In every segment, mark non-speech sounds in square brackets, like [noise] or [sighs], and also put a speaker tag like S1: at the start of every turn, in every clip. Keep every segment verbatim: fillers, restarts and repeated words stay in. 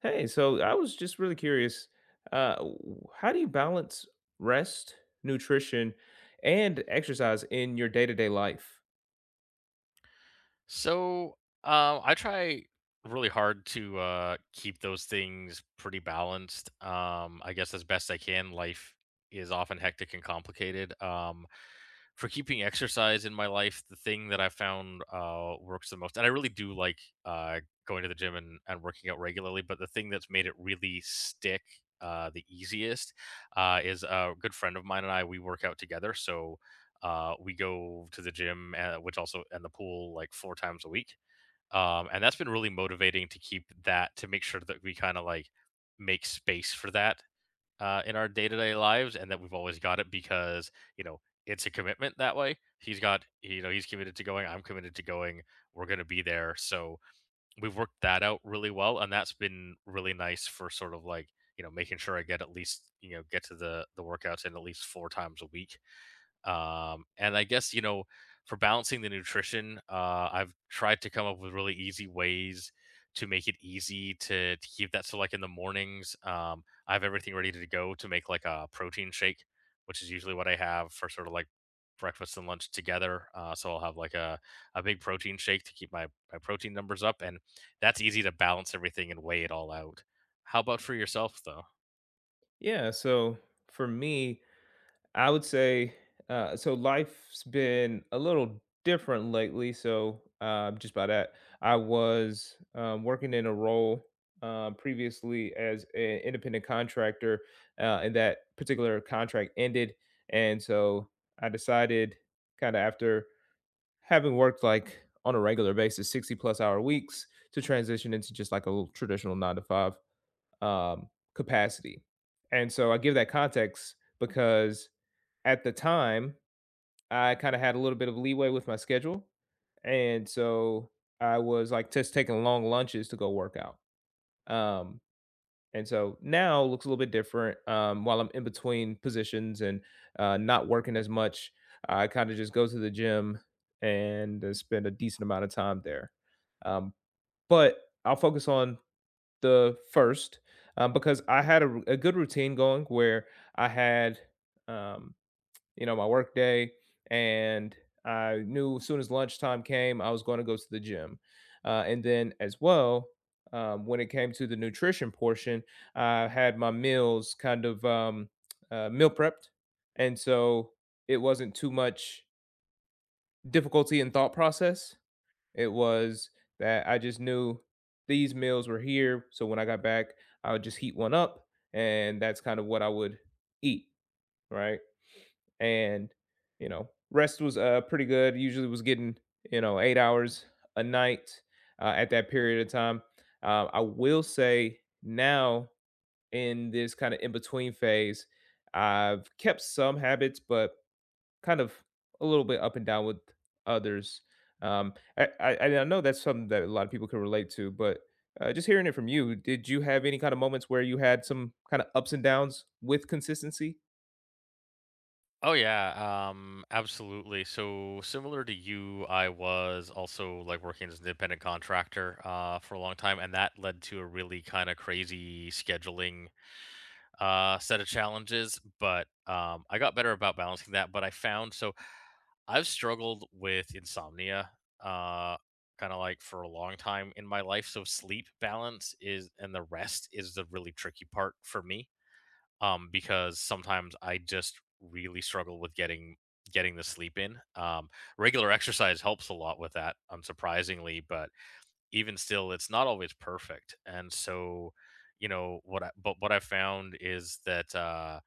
S1: Hey, so I was just really curious. Uh, w- how do you balance rest, nutrition, and exercise in your day to day life?
S2: So, uh, I try really hard to uh, keep those things pretty balanced. Um, I guess as best I can. Life is often hectic and complicated. Um, for keeping exercise in my life, the thing that I found uh, works the most, and I really do like uh, going to the gym and, and working out regularly, but the thing that's made it really stick uh, the easiest uh, is a good friend of mine and I, we work out together. So, uh, we go to the gym, uh, which also and the pool like four times a week. Um, and that's been really motivating to keep that to make sure that we kind of like make space for that uh, in our day to day lives, and that we've always got it because you know it's a commitment that way. He's got you know he's committed to going. I'm committed to going. We're gonna be there. So we've worked that out really well, and that's been really nice for sort of like you know making sure I get at least you know get to the the workouts in at least four times a week um, and I guess, you know, for balancing the nutrition, uh, I've tried to come up with really easy ways to make it easy to, to keep that. So, like in the mornings, um, I have everything ready to go to make like a protein shake, which is usually what I have for sort of like breakfast and lunch together. Uh, so I'll have like a, a big protein shake to keep my, my protein numbers up. And that's easy to balance everything and weigh it all out. How about for yourself, though?
S1: Yeah, so for me, I would say uh, so life's been a little different lately. So uh, just by that, I was um, working in a role uh, previously as an independent contractor, uh, and that particular contract ended. And so I decided, kind of after having worked like on a regular basis sixty plus hour weeks, to transition into just like a little traditional nine to five um, capacity. And so I give that context because at the time I kind of had a little bit of leeway with my schedule. And so I was like just taking long lunches to go work out, um, and so now looks a little bit different. Um, while I'm in between positions and uh, not working as much, I kind of just go to the gym and uh, spend a decent amount of time there. Um, but I'll focus on the first, um, because I had a, r- a good routine going where I had, um, you know, my work day. And I knew as soon as lunchtime came, I was going to go to the gym. Uh, and then as well, um, when it came to the nutrition portion, I had my meals kind of um, uh, meal prepped. And so it wasn't too much difficulty in thought process. It was that I just knew these meals were here. So when I got back, I would just heat one up. And that's kind of what I would eat. Right, and you know rest was uh pretty good. Usually was getting, you know, eight hours a night uh, at that period of time. um, I will say now, in this kind of in between phase, I've kept some habits but kind of a little bit up and down with others. um, I, I, and I know that's something that a lot of people can relate to, but uh, just hearing it from you, did you have any kind of moments where you had some kind of ups and downs with consistency?
S2: Oh yeah, um, absolutely. So similar to you, I was also like working as an independent contractor uh, for a long time, and that led to a really kind of crazy scheduling uh, set of challenges. But um, I got better about balancing that. But I found so I've struggled with insomnia, uh, kind of like for a long time in my life. So sleep balance is and the rest is the really tricky part for me um, because sometimes I just really struggle with getting getting the sleep in. Um, regular exercise helps a lot with that, unsurprisingly, but even still, it's not always perfect. And so, you know, what I but what I found is that uh,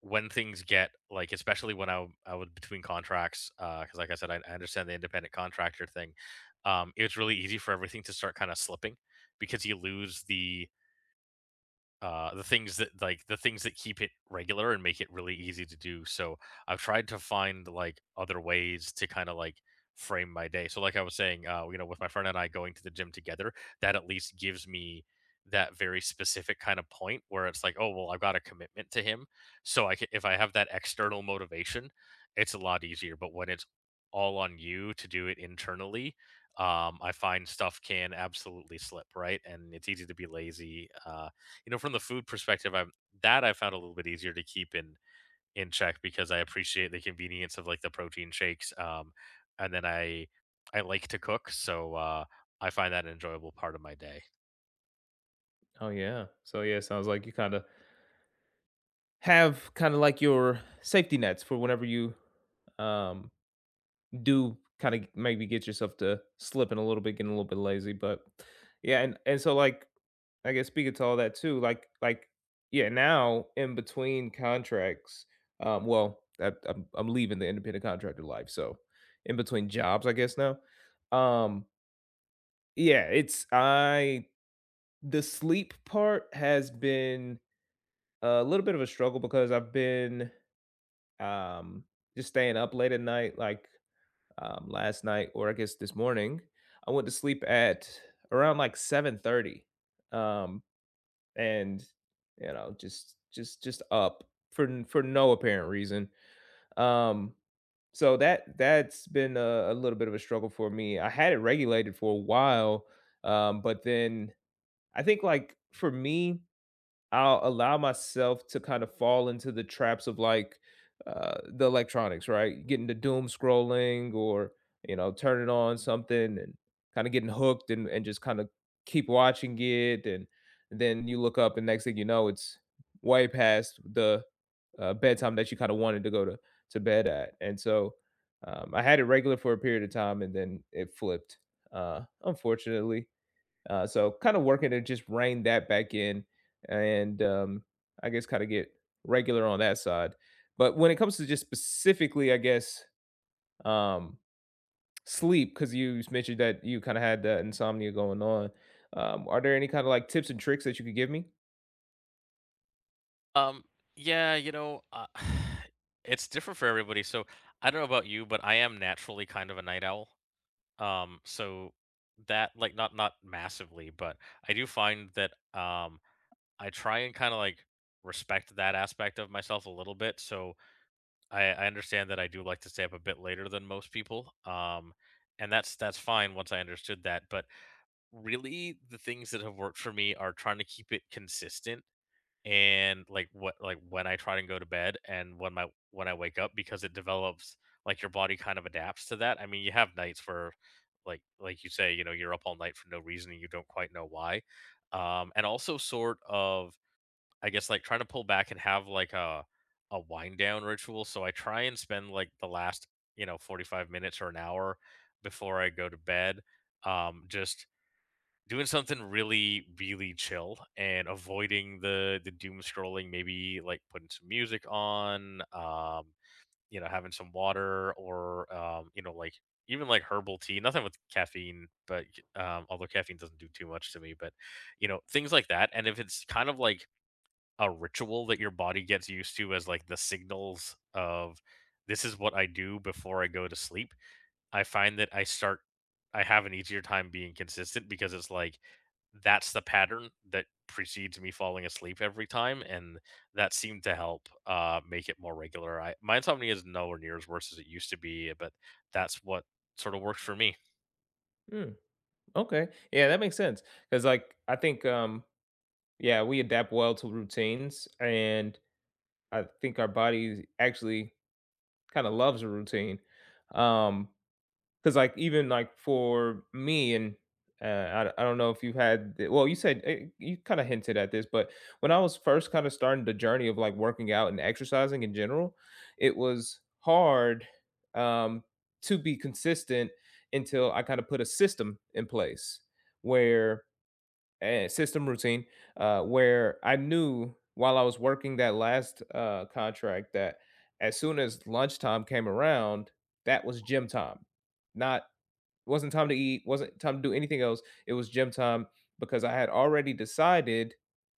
S2: when things get like, especially when I w- I was between contracts, because like I said, I, I understand the independent contractor thing. Um, it's really easy for everything to start kind of slipping because you lose the uh, the things that like the things that keep it regular and make it really easy to do. So I've tried to find like other ways to kind of like frame my day. So like I was saying, uh, you know, with my friend and I going to the gym together, that at least gives me that very specific kind of point where it's like, oh well, I've got a commitment to him. So I can, if I have that external motivation, it's a lot easier. But when it's all on you to do it internally, um, I find stuff can absolutely slip, right? And it's easy to be lazy. Uh, you know, from the food perspective, I'm that I found a little bit easier to keep in in check because I appreciate the convenience of like the protein shakes. Um, and then I I like to cook, so uh, I find that an enjoyable part of my day.
S1: Oh yeah. So yeah, sounds like you kind of have kind of like your safety nets for whenever you um, do kind of maybe get yourself to slipping a little bit, getting a little bit lazy. But yeah, and and so like, I guess speaking to all that too, like like yeah, now in between contracts, um, well, I, I'm I'm leaving the independent contractor life, so in between jobs, I guess now, um, yeah, it's I the sleep part has been a little bit of a struggle because I've been Um, just staying up late at night, like, um, last night, or I guess this morning, I went to sleep at around, like, seven thirty, um, and, you know, just just just up for n for no apparent reason. Um, so that that's been a a little bit of a struggle for me. I had it regulated for a while, um, but then I think, like, for me, I'll allow myself to kind of fall into the traps of like uh, the electronics, right? Getting the doom scrolling, or, you know, turning on something and kind of getting hooked, and, and just kind of keep watching it. And then you look up and next thing you know, it's way past the uh, bedtime that you kind of wanted to go to, to bed at. And so um, I had it regular for a period of time and then it flipped, uh, unfortunately. Uh, so kind of working to just rein that back in, and um, I guess kind of get regular on that side. But when it comes to just specifically, I guess, um, sleep, because you mentioned that you kind of had that insomnia going on, um, are there any kind of like tips and tricks that you could give me?
S2: Um, yeah, you know, uh, [sighs] it's different for everybody. So I don't know about you, but I am naturally kind of a night owl. Um, so that like not not massively, but I do find that um I try and kind of like respect that aspect of myself a little bit. So I I understand that I do like to stay up a bit later than most people, um, and that's that's fine once I understood that, but really the things that have worked for me are trying to keep it consistent and like what like when I try and go to bed and when my when I wake up because it develops like your body kind of adapts to that. I mean, you have nights where like like you say, you know, you're up all night for no reason and you don't quite know why. Um, and also sort of I guess, like, try to pull back and have, like, a a wind down ritual, so I try and spend, like, the last, you know, forty-five minutes or an hour before I go to bed, um, just doing something really, really chill and avoiding the the doom scrolling, maybe, like, putting some music on, um, you know, having some water or, um, you know, like, even, like, herbal tea, nothing with caffeine, but, um, although caffeine doesn't do too much to me, but, you know, things like that, and if it's kind of like a ritual that your body gets used to as, like, the signals of, "This is what I do before I go to sleep," I find that I start I have an easier time being consistent because it's like, that's the pattern that precedes me falling asleep every time, and that seemed to help, uh, make it more regular. I My insomnia is nowhere near as worse as it used to be, but that's what sorta worked for me.
S1: Mm, okay. Yeah, that makes sense. Because, like, I think, um, yeah, we adapt well to routines. And I think our body actually kind of loves a routine. Um, 'Cause, like, even, like, for me, and uh, I d I don't know if you had the, well, you said, eh, you kinda hinted at this, but when I was first kinda starting the journey of, like, working out and exercising in general, it was hard, um, to be consistent until I kinda put a system in place where, eh, system routine, uh, where I knew while I was working that last, uh, contract, that as soon as lunchtime came around, that was gym time. Not wasn't time to eat, wasn't time to do anything else. It was gym time because I had already decided,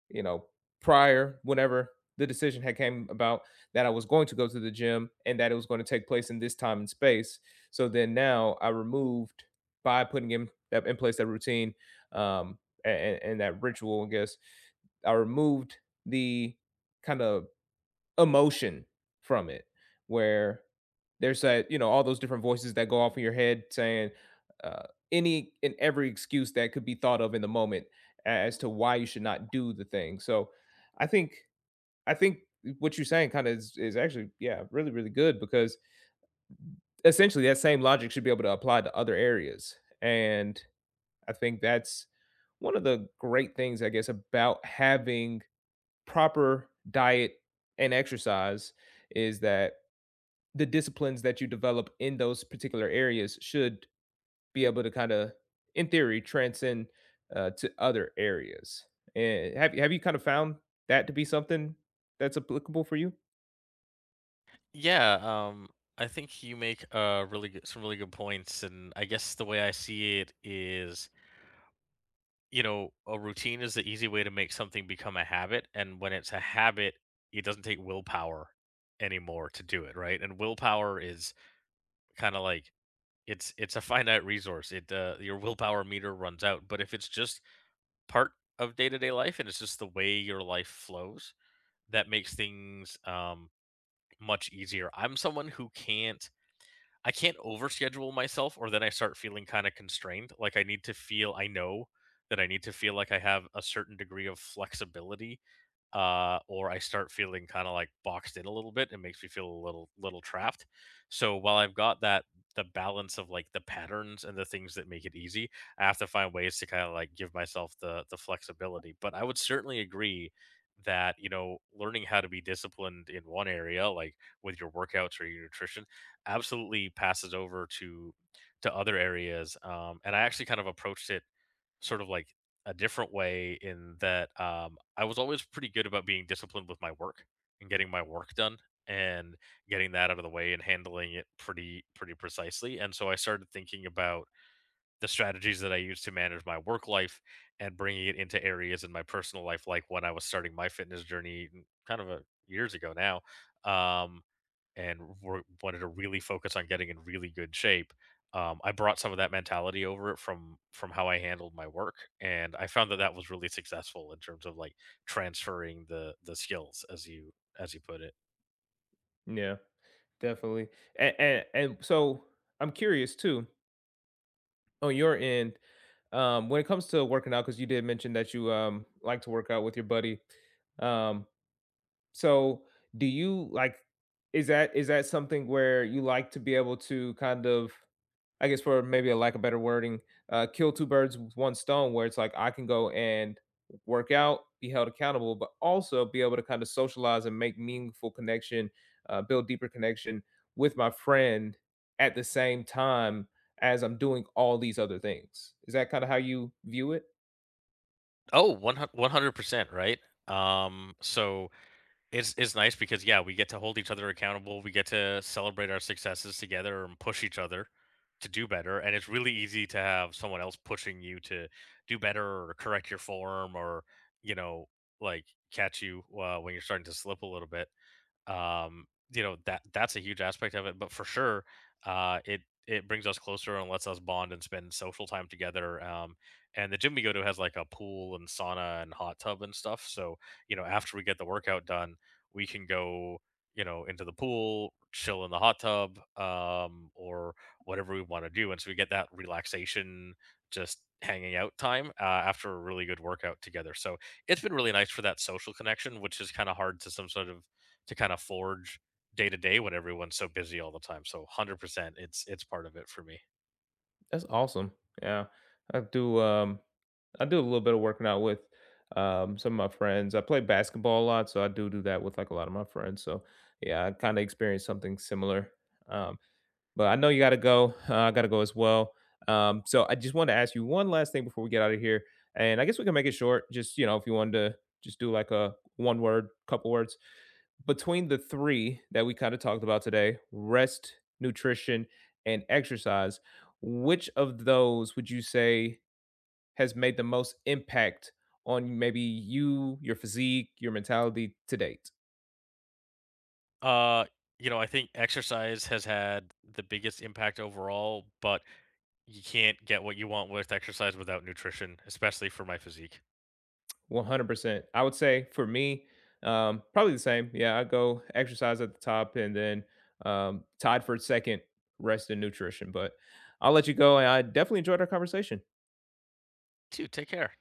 S1: you know, prior, whenever the decision had came about, that I was going to go to the gym and that it was going to take place in this time and space. So then now I removed, by putting in that in place, that routine um and, and that ritual, I guess. I removed the kind of emotion from it, where there's that, you know, all those different voices that go off in your head saying uh, any and every excuse that could be thought of in the moment as to why you should not do the thing. So i think i think what you're saying kind of is, is actually, yeah, really really good, because essentially that same logic should be able to apply to other areas. And I think that's one of the great things, I guess, about having proper diet and exercise, is that the disciplines that you develop in those particular areas should be able to kind of, in theory, transcend uh, to other areas. And have have you kind of found that to be something that's applicable for you?
S2: Yeah, um, I think you make, uh, really good some really good points, and I guess the way I see it is you know, a routine is the easy way to make something become a habit. And when it's a habit, it doesn't take willpower anymore to do it, right? And willpower is kind of like it's it's a finite resource. It uh, Your willpower meter runs out. But if it's just part of day to day life and it's just the way your life flows, that makes things um, much easier. I'm someone who can't I can't overschedule myself or then I start feeling kind of constrained. Like I need to feel I know that I need to feel like I have a certain degree of flexibility uh, or I start feeling kind of like boxed in a little bit. It makes me feel a little little trapped. So while I've got that the balance of like the patterns and the things that make it easy, I have to find ways to kind of like give myself the the flexibility. But I would certainly agree that you know learning how to be disciplined in one area like with your workouts or your nutrition absolutely passes over to to other areas um and I actually kind of approached it sort of like a different way in that um, I was always pretty good about being disciplined with my work and getting my work done and getting that out of the way and handling it pretty pretty precisely. And so I started thinking about the strategies that I use to manage my work life and bringing it into areas in my personal life, like when I was starting my fitness journey, n- kind of a, years ago now. Um, and were wanted to really focus on getting in really good shape, um, I brought some of that mentality over from from how I handled my work, and I found that that was really successful in terms of like transferring the the skills, as you as you put it.
S1: Yeah, definitely. And and, and so I'm curious too, on your end, um, when it comes to working out, because you did mention that you um, like to work out with your buddy. Um, so do you like? Is that is that something where you like to be able to kind of, I guess, for maybe a lack of better wording, uh, kill two birds with one stone, where it's like I can go and work out, be held accountable, but also be able to kind of socialize and make meaningful connection, uh, build deeper connection with my friend at the same time as I'm doing all these other things. Is that kind of how you view it?
S2: Oh, one hundred percent, right? Um, so it's it's nice because yeah, we get to hold each other accountable. We get to celebrate our successes together and push each other to do better. And it's really easy to have someone else pushing you to do better or correct your form or you know like catch you uh, when you're starting to slip a little bit um you know that that's a huge aspect of it but for sure uh it it brings us closer and lets us bond and spend social time together um and the gym we go to has like a pool and sauna and hot tub and stuff so you know after we get the workout done we can go you know into the pool chill in the hot tub um or whatever we want to do and so we get that relaxation just hanging out time uh, after a really good workout together so it's been really nice for that social connection which is kind of hard to some sort of to kind of forge day to day when everyone's so busy all the time. So one hundred percent it's it's part of it for me.
S1: That's awesome. Yeah, I do. Um, I do a little bit of working out with um, some of my friends. I play basketball a lot, so I do do that with like a lot of my friends. So yeah, I kind of experienced something similar. Um, but I know you got to go. [laughs] Uh, I got to go as well. Um, so I just wanted to ask you one last thing before we get out of here, and I guess we can make it short. Just, you know, if you wanted to just do like a one word, couple words, between the three that we kind of talked about today: rest, nutrition, and exercise. Which of those would you say has made the most impact on maybe you, your physique, your mentality to date?
S2: Uh you know, I think exercise has had the biggest impact overall, but you can't get what you want with exercise without nutrition, especially for my physique.
S1: one hundred percent. I would say for me, um, probably the same. Yeah, I go exercise at the top and then, um, tied for second, rest and nutrition. But I'll let you go. And I definitely enjoyed our conversation.
S2: Dude, take care.